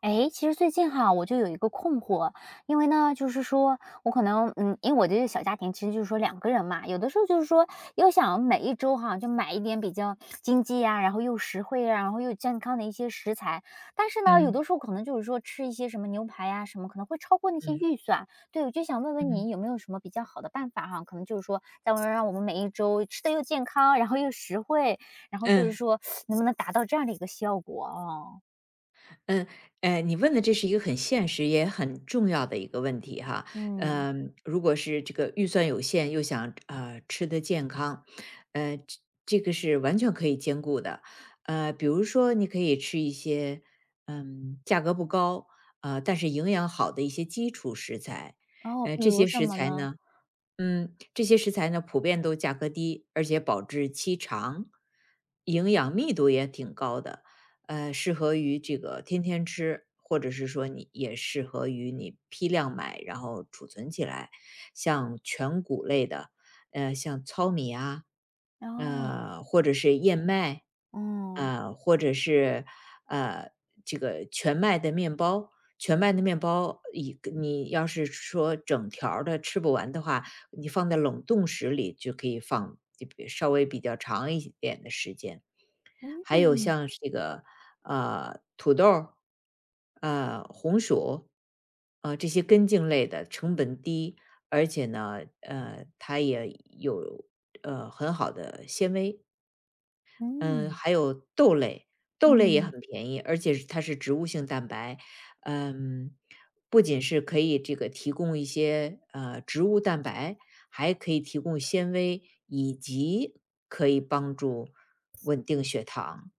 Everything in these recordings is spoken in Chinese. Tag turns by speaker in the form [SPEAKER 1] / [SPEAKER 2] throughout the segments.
[SPEAKER 1] 哎，其实最近哈，我就有一个困惑，因为呢，就是说我可能，因为我这个小家庭其实就是说两个人嘛，有的时候就是说又想每一周哈就买一点比较经济呀，然后又实惠呀，然后又健康的一些食材，但是呢，有
[SPEAKER 2] 嗯
[SPEAKER 1] 的时候可能就是说吃一些什么牛排呀什么，可能会超过那些
[SPEAKER 2] 嗯
[SPEAKER 1] 预算。对，我就想问问
[SPEAKER 2] 嗯
[SPEAKER 1] 你有没有什么比较好的办法哈？可能就是说，在我让我们每一周吃的又健康，然后又实惠，然后就是
[SPEAKER 2] 嗯
[SPEAKER 1] 说能不能达到这样的一个效果啊？
[SPEAKER 2] 嗯，你问的这是一个很现实也很重要的一个问题哈。
[SPEAKER 1] 嗯。
[SPEAKER 2] 如果是这个预算有限，又想吃得健康，呃，这这个是完全可以兼顾的。比如说你可以吃一些价格不高但是营养好的一些基础食材，
[SPEAKER 1] 哦，比
[SPEAKER 2] 这
[SPEAKER 1] 如
[SPEAKER 2] 些
[SPEAKER 1] 什
[SPEAKER 2] 食
[SPEAKER 1] 么
[SPEAKER 2] 材
[SPEAKER 1] 呢？
[SPEAKER 2] 呢。这些食材呢普遍都价格低，而且保质期长，营养密度也挺高的，适合于这个天天吃，或者是说你也适合于你批量买，然后储存起来。像全谷类的，像糙米啊，
[SPEAKER 1] 哦。
[SPEAKER 2] 或者是燕麦，
[SPEAKER 1] 嗯。
[SPEAKER 2] 或者是呃这个全麦的面包。全麦的面包，一个你要是说整条儿的吃不完的话，你放在冷冻室里就可以放就比稍微比较长一点的时间。还有
[SPEAKER 1] 嗯。
[SPEAKER 2] 像是这个土豆儿、红薯，这些根茎类的成本低，而且呢，它也有很好的纤维。嗯，
[SPEAKER 1] 嗯。
[SPEAKER 2] 还有豆类，豆类也
[SPEAKER 1] 嗯。
[SPEAKER 2] 很便宜，而且是它是植物性蛋白，嗯，不仅是可以这个提供一些植物蛋白，还可以提供纤维，以及可以帮助稳定血糖。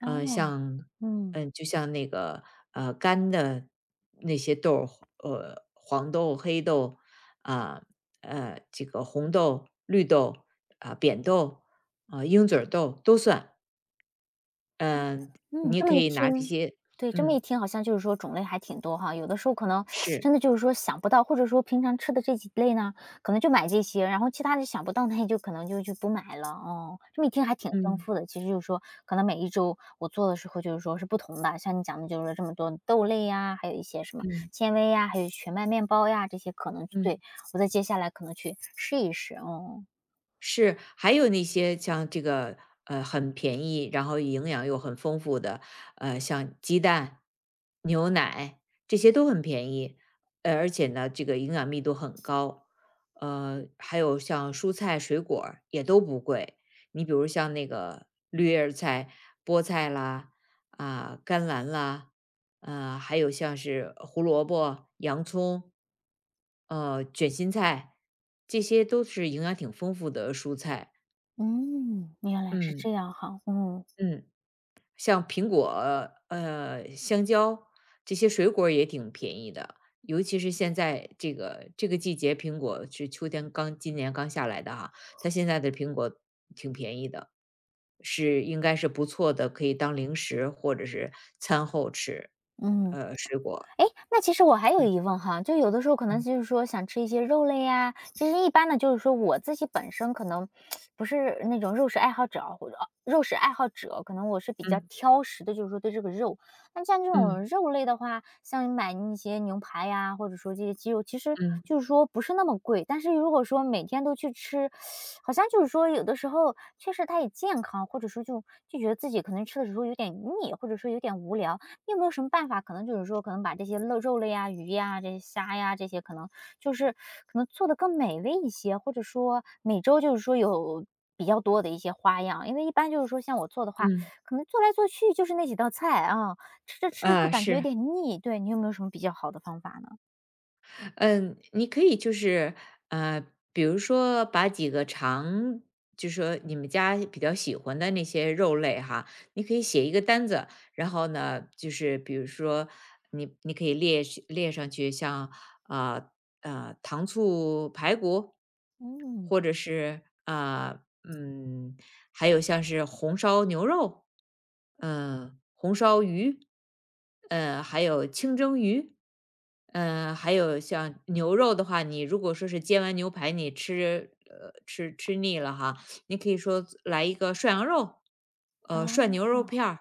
[SPEAKER 1] 哦。
[SPEAKER 2] 像
[SPEAKER 1] 嗯。
[SPEAKER 2] 就像那个干的那些豆儿，黄豆、黑豆啊、这个红豆、绿豆啊、扁豆啊、鹰嘴儿豆都算。嗯，
[SPEAKER 1] 嗯，
[SPEAKER 2] 你也
[SPEAKER 1] 这么
[SPEAKER 2] 可
[SPEAKER 1] 一
[SPEAKER 2] 以拿这
[SPEAKER 1] 听。
[SPEAKER 2] 些。
[SPEAKER 1] 对，这么
[SPEAKER 2] 嗯，
[SPEAKER 1] 一听好像就是说种类还挺多哈，有的时候可能
[SPEAKER 2] 是。
[SPEAKER 1] 真的就是说想不到，或者说平常吃的这几类呢，可能就买这些，然后其他的想不到，那也就可能就不买了，哦。这么一听还挺丰
[SPEAKER 2] 嗯，
[SPEAKER 1] 富的，其实就是说可能每一周我做的时候就是说是不同的，像你讲的就是说这么多豆类呀，还有一些什么
[SPEAKER 2] 嗯，
[SPEAKER 1] 纤维呀，还有全麦面包呀，这些可能对，
[SPEAKER 2] 嗯。
[SPEAKER 1] 我在接下来可能去试一试，哦。
[SPEAKER 2] 是，还有那些像这个，很便宜，然后营养又很丰富的，像鸡蛋、牛奶，这些都很便宜，而且呢，这个营养密度很高。还有像蔬菜水果儿也都不贵，你比如像那个绿叶儿菜、菠菜啦，啊、甘蓝啦，还有像是胡萝卜、洋葱，卷心菜，这些都是营养挺丰富的蔬菜。
[SPEAKER 1] 嗯，原来是
[SPEAKER 2] 嗯
[SPEAKER 1] 这样哈，嗯，
[SPEAKER 2] 嗯。像苹果、香蕉这些水果儿也挺便宜的，尤其是现在这个季节，苹果是秋天刚今年刚下来的哈，它现在的苹果挺便宜的，是应该是不错的，可以当零食或者是餐后吃，
[SPEAKER 1] 嗯。
[SPEAKER 2] 水果，
[SPEAKER 1] 哎，诶那其实我还有疑问哈，就有的时候可能
[SPEAKER 2] 嗯
[SPEAKER 1] 就是说想吃一些肉类呀，其实一般呢就是说我自己本身可能不是那种肉食爱好者啊，或者肉食爱好者，可能我是比较
[SPEAKER 2] 嗯
[SPEAKER 1] 挑食的，就是说对这个肉。那像这种
[SPEAKER 2] 嗯
[SPEAKER 1] 肉类的话，像买那些牛排呀，或者说这些鸡肉，其实
[SPEAKER 2] 嗯
[SPEAKER 1] 就是说不是那么贵，但是如果说每天都去吃，好像就是说有的时候确实它也健康，或者说就觉得自己可能吃的时候有点腻，或者说有点无聊。你有没有什么办法？可能就是说，可能把这些肉肉类呀、鱼呀、这些虾呀这些，可能就是可能做的更美味一些，或者说每周就是说有比较多的一些花样。因为一般就是说像我做的话，
[SPEAKER 2] 嗯，
[SPEAKER 1] 可能做来做去就是那几道菜啊，吃着吃着就
[SPEAKER 2] 啊，
[SPEAKER 1] 感觉有
[SPEAKER 2] 是。
[SPEAKER 1] 点腻。对，你有没有什么比较好的方法呢？
[SPEAKER 2] 嗯，你可以就是呃，比如说把几个常，就是说你们家比较喜欢的那些肉类哈，你可以写一个单子，然后呢，就是比如说你可以列是列上去像，啊啊糖醋排骨，
[SPEAKER 1] 嗯。
[SPEAKER 2] 或者是啊、嗯，还有像是红烧牛肉，红烧鱼，还有清蒸鱼。还有像牛肉的话，你如果说是煎完牛排，你吃腻了哈，你可以说来一个涮羊肉，涮
[SPEAKER 1] 哦。
[SPEAKER 2] 牛肉片儿，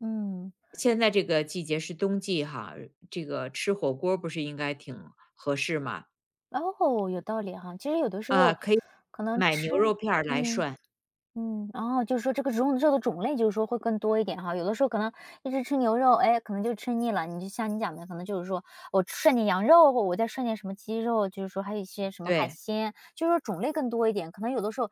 [SPEAKER 1] 嗯。
[SPEAKER 2] 现在这个季节是冬季哈，这个吃火锅儿不是应该挺合适吗？
[SPEAKER 1] 哦，有道理哈。其实有的时
[SPEAKER 2] 啊，
[SPEAKER 1] 候
[SPEAKER 2] 可以
[SPEAKER 1] 可能
[SPEAKER 2] 买
[SPEAKER 1] 吃，
[SPEAKER 2] 牛肉片儿来
[SPEAKER 1] 嗯。
[SPEAKER 2] 涮，
[SPEAKER 1] 嗯，然后就是说这个肉肉的种类就是说会更多一点哈，有的时候可能一直吃牛肉，哎，可能就吃腻了。你就像你讲的，可能就是说我涮点羊肉，我再涮点什么鸡肉，就是说还有一些什么海
[SPEAKER 2] 对，
[SPEAKER 1] 鲜，就是说种类更多一点。可能有的时候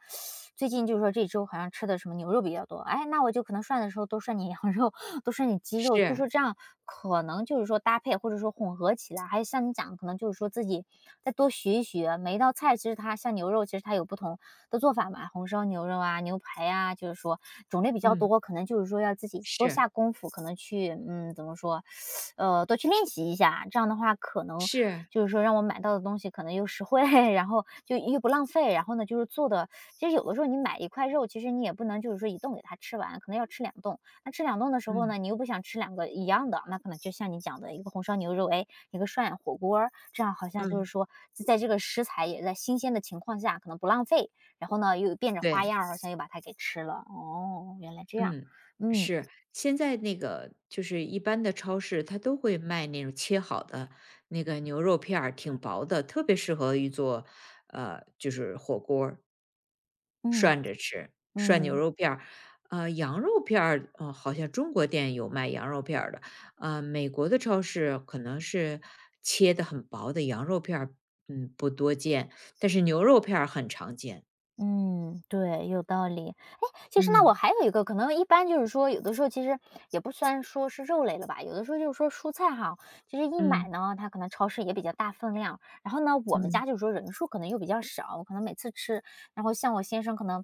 [SPEAKER 1] 最近就是说这周好像吃的什么牛肉比较多，哎，那我就可能涮的时候多涮点羊肉，多涮点鸡肉，就是
[SPEAKER 2] 是，
[SPEAKER 1] 说这样可能就是说搭配或者说混合起来，还有像你讲的，可能就是说自己再多学一学，每一道菜其实它像牛肉，其实它有不同的做法嘛，红烧牛肉啊、牛排啊，就是说种类比较
[SPEAKER 2] 嗯，
[SPEAKER 1] 多，可能就是说要自己多
[SPEAKER 2] 是，
[SPEAKER 1] 下功夫，可能去怎么说，多去练习一下，这样的话可能。
[SPEAKER 2] 是，
[SPEAKER 1] 就是说让我买到的东西可能又实惠，然后就又不浪费，然后呢就是做的，其实有的时候你买一块肉，其实你也不能就是说一顿给它吃完，可能要吃两顿，那吃两顿的时候
[SPEAKER 2] 嗯，
[SPEAKER 1] 呢，你又不想吃两个一样的，那可能就像你讲的一个红烧牛肉，哎，一个涮火锅儿，这样好像就是
[SPEAKER 2] 嗯，
[SPEAKER 1] 说，在这个食材也在新鲜的情况下，可能不浪费，然后呢又变着花
[SPEAKER 2] 对，
[SPEAKER 1] 样儿，好像又把它给吃了。哦，原来这样，
[SPEAKER 2] 嗯，
[SPEAKER 1] 嗯。
[SPEAKER 2] 是。现在那个就是一般的超市，它都会卖那种切好的那个牛肉片儿，挺薄的，特别适合于做，就是火锅儿
[SPEAKER 1] 嗯。
[SPEAKER 2] 涮着吃，涮牛
[SPEAKER 1] 嗯。
[SPEAKER 2] 肉片儿。羊肉片儿，好像中国店有卖羊肉片儿的，美国的超市可能是切的很薄的羊肉片儿，不多见，但是牛肉片儿很常见。
[SPEAKER 1] 嗯，对，有道理。哎，其实呢我
[SPEAKER 2] 嗯，
[SPEAKER 1] 还有一个可能，一般就是说，有的时候其实也不算说是肉类了吧，有的时候就是说蔬菜哈，其实一买
[SPEAKER 2] 嗯，
[SPEAKER 1] 呢，它可能超市也比较大分量，然后呢，我们
[SPEAKER 2] 嗯，
[SPEAKER 1] 家就是说人数可能又比较少，可能每次吃，然后像我先生可能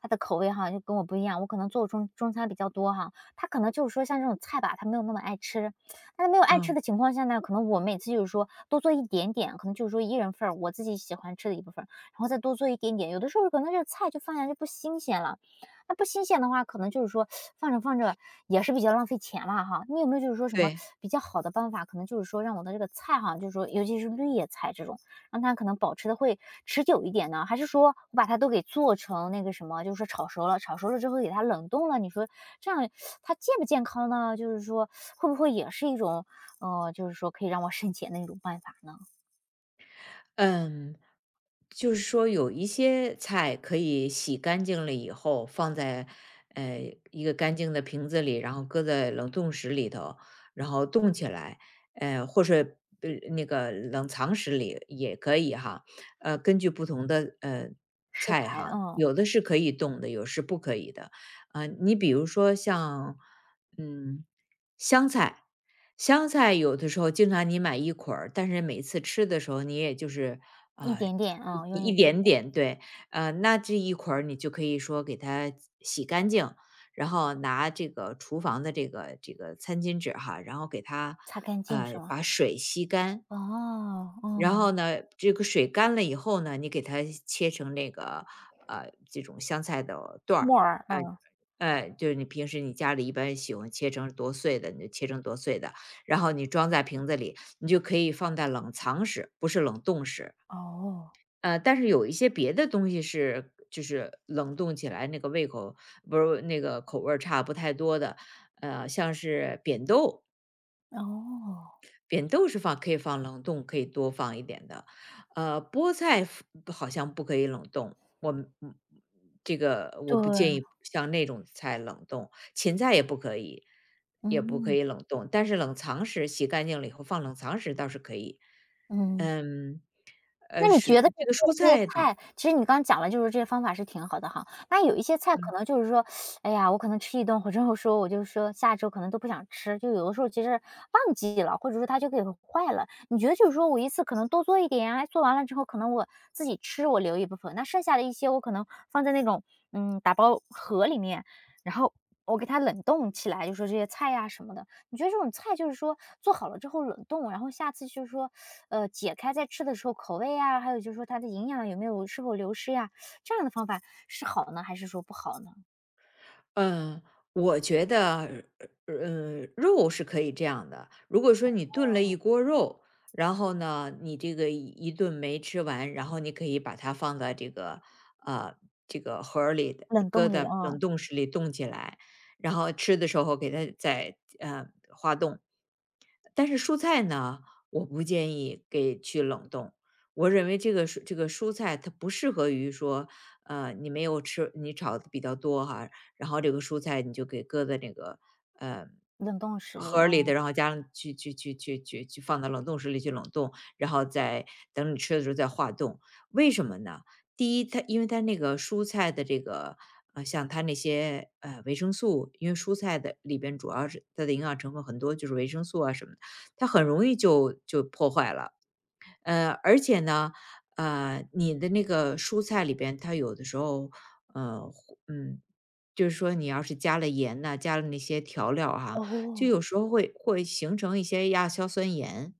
[SPEAKER 1] 他的口味哈就跟我不一样，我可能做中餐比较多哈，他可能就是说像这种菜吧，他没有那么爱吃，但是没有爱
[SPEAKER 2] 啊，
[SPEAKER 1] 吃的情况下呢，可能我每次就是说多做一点点，可能就是说一人份儿我自己喜欢吃的一部分。然后再多做一点点。有的时候可能这个菜就放下就不新鲜了，那不新鲜的话，可能就是说放着放着也是比较浪费钱了哈。你有没有就是说什么
[SPEAKER 2] 对。
[SPEAKER 1] 比较好的办法？可能就是说让我的这个菜哈，就是说尤其是绿叶菜这种，让它可能保持的会持久一点呢？还是说我把它都给做成那个什么，就是说炒熟了，炒熟了之后给它冷冻了？你说这样它健不健康呢？就是说会不会也是一种就是说可以让我 省钱的一种办法呢？
[SPEAKER 2] 嗯，就是说有一些菜可以洗干净了以后放在一个干净的瓶子里，然后搁在冷冻室里头，然后冻起来，或是那个冷藏室里也可以哈。根据不同的
[SPEAKER 1] 食
[SPEAKER 2] 菜
[SPEAKER 1] 材，
[SPEAKER 2] 哈，
[SPEAKER 1] 嗯。
[SPEAKER 2] 有的是可以冻的，有是不可以的。啊、你比如说像嗯香菜。香菜有的时候经常你买一捆儿，但是每次吃的时候你也就是
[SPEAKER 1] 一
[SPEAKER 2] 啊、
[SPEAKER 1] 点点，嗯，
[SPEAKER 2] 一
[SPEAKER 1] 用一
[SPEAKER 2] 一
[SPEAKER 1] 点。
[SPEAKER 2] 点点，对，那这一捆儿你就可以说给它洗干净，然后拿这个厨房的这个餐巾纸哈，然后给它
[SPEAKER 1] 擦干净是吗？
[SPEAKER 2] 把水吸干，
[SPEAKER 1] 哦。哦。
[SPEAKER 2] 然后呢，这个水干了以后呢，你给它切成那个这种香菜的段
[SPEAKER 1] 木
[SPEAKER 2] 儿，
[SPEAKER 1] 耳，
[SPEAKER 2] 呃
[SPEAKER 1] 啊。
[SPEAKER 2] 就是你平时你家里一般喜欢切成多碎的，你就切成多碎的，然后你装在瓶子里，你就可以放在冷藏室，不是冷冻室。
[SPEAKER 1] 哦。
[SPEAKER 2] 但是有一些别的东西是就是冷冻起来那个胃口不是那个口味儿差不太多的，像是扁豆，
[SPEAKER 1] 哦。
[SPEAKER 2] 扁豆是放可以放冷冻，可以多放一点的。菠菜 好像不可以冷冻，我们嗯这个我不建
[SPEAKER 1] 对。
[SPEAKER 2] 议像那种菜冷冻，芹菜也不可以，也不可
[SPEAKER 1] 嗯。
[SPEAKER 2] 以冷冻，但是冷藏室洗干净了以后放冷藏室倒是可以。
[SPEAKER 1] 嗯。
[SPEAKER 2] 嗯，
[SPEAKER 1] 那你
[SPEAKER 2] 是
[SPEAKER 1] 觉得就
[SPEAKER 2] 这个蔬
[SPEAKER 1] 是这些
[SPEAKER 2] 菜呢？
[SPEAKER 1] 菜，其实你刚讲了，就是这些方法是挺好的哈。那有一些菜可
[SPEAKER 2] 嗯
[SPEAKER 1] 能就是说，哎呀，我可能吃一顿，或者我说我就说下周可能都不想吃，就有的时候其实忘记了，或者说它就给坏了。你觉得就是说我一次可能多做一点啊，做完了之后可能我自己吃，我留一部分，那剩下的一些我可能放在那种打包盒里面，然后我给它冷冻起来，就说这些菜呀、什么的。你觉得这种菜就是说做好了之后冷冻，然后下次就是说，解开再吃的时候口味啊，还有就是说它的营养有没有是否流失呀，这样的方法是好呢，还是说不好呢？
[SPEAKER 2] 嗯，我觉得，肉是可以这样的。如果说你炖了一锅肉，然后呢，你这个一顿没吃完，然后你可以把它放在呃这个盒儿里的，
[SPEAKER 1] 冷冻
[SPEAKER 2] 搁
[SPEAKER 1] 里
[SPEAKER 2] 在
[SPEAKER 1] 啊。
[SPEAKER 2] 冷冻室里冻起来，然后吃的时候给它再化冻。但是蔬菜呢，我不建议给去冷冻。我认为这个蔬菜它不适合于说，你没有吃你炒的比较多哈，然后这个蔬菜你就给搁在那个呃
[SPEAKER 1] 冷冻室里
[SPEAKER 2] 盒儿
[SPEAKER 1] 啊。
[SPEAKER 2] 里的，然后加上去放到冷冻室里去冷冻，然后再等你吃的时候再化冻。为什么呢？第一，它因为它那个蔬菜的这个像它那些维生素，因为蔬菜的里边主要是它的营养成分很多就是维生素啊什么。它很容易就破坏了。而且呢，你的那个蔬菜里边，它有的时候，会就是说你要是加了盐呐、加了那些调料哈、就
[SPEAKER 1] 哦。
[SPEAKER 2] 有时候会形成一些亚硝酸盐。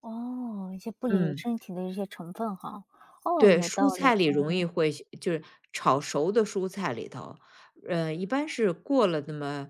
[SPEAKER 1] 哦，一些不理
[SPEAKER 2] 嗯，
[SPEAKER 1] 身体的一些成分哈。哦，
[SPEAKER 2] 对，
[SPEAKER 1] 有道
[SPEAKER 2] 蔬
[SPEAKER 1] 理。
[SPEAKER 2] 菜里容易会形就是炒熟的蔬菜里头，一般是过了那么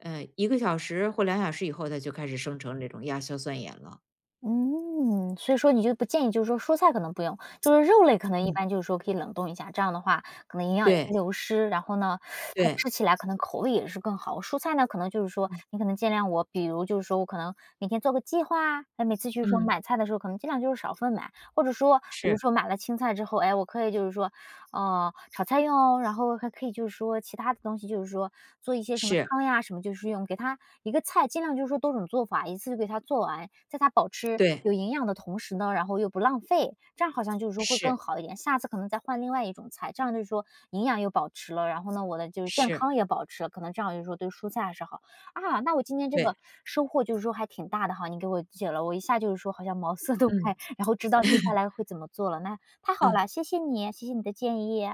[SPEAKER 2] 1个小时或2小时以后，它就开始生成这种亚硝酸盐了。
[SPEAKER 1] 嗯，所以说你就不建议就是说蔬菜可能不用，就是肉类可能一
[SPEAKER 2] 嗯，
[SPEAKER 1] 般就是说可以冷冻一下，这样的话可能营养也不
[SPEAKER 2] 对
[SPEAKER 1] 流失，然后呢，它吃
[SPEAKER 2] 对，
[SPEAKER 1] 起来可能口味也是更好。蔬菜呢，可能就是说你可能尽量我，比如就是说我可能每天做个计划啊，哎，每次就是说
[SPEAKER 2] 嗯嗯，
[SPEAKER 1] 买菜的时候可能尽量就是少份买，或者说比如
[SPEAKER 2] 是。
[SPEAKER 1] 说买了青菜之后，哎，我可以就是说哦，炒菜用，然后还可以就是说其他的东西，就是说做一些什么
[SPEAKER 2] 是，
[SPEAKER 1] 汤呀什么，就是用给它一个菜，尽量就是说多种做法，一次就给它做完，在它保持
[SPEAKER 2] 对，
[SPEAKER 1] 有营养的同时呢，然后又不浪费，这样好像就是说会更
[SPEAKER 2] 是，
[SPEAKER 1] 好一点。下次可能再换另外一种菜，这样就是说营养又保持了，然后呢，我的就是健
[SPEAKER 2] 是，
[SPEAKER 1] 康也保持了，可能这样就是说对蔬菜还是好啊。那我今天这
[SPEAKER 2] 对，
[SPEAKER 1] 个收获就是说还挺大的哈，你给我解了，我一下就是说好像茅塞顿开，
[SPEAKER 2] 嗯
[SPEAKER 1] 然后知道接下 来会怎么做了。那太好了，
[SPEAKER 2] 嗯，
[SPEAKER 1] 谢谢你，谢谢你的建议。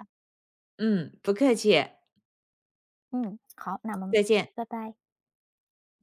[SPEAKER 2] 嗯，不客气，
[SPEAKER 1] 嗯，好，那我们
[SPEAKER 2] 再见。
[SPEAKER 1] 拜拜。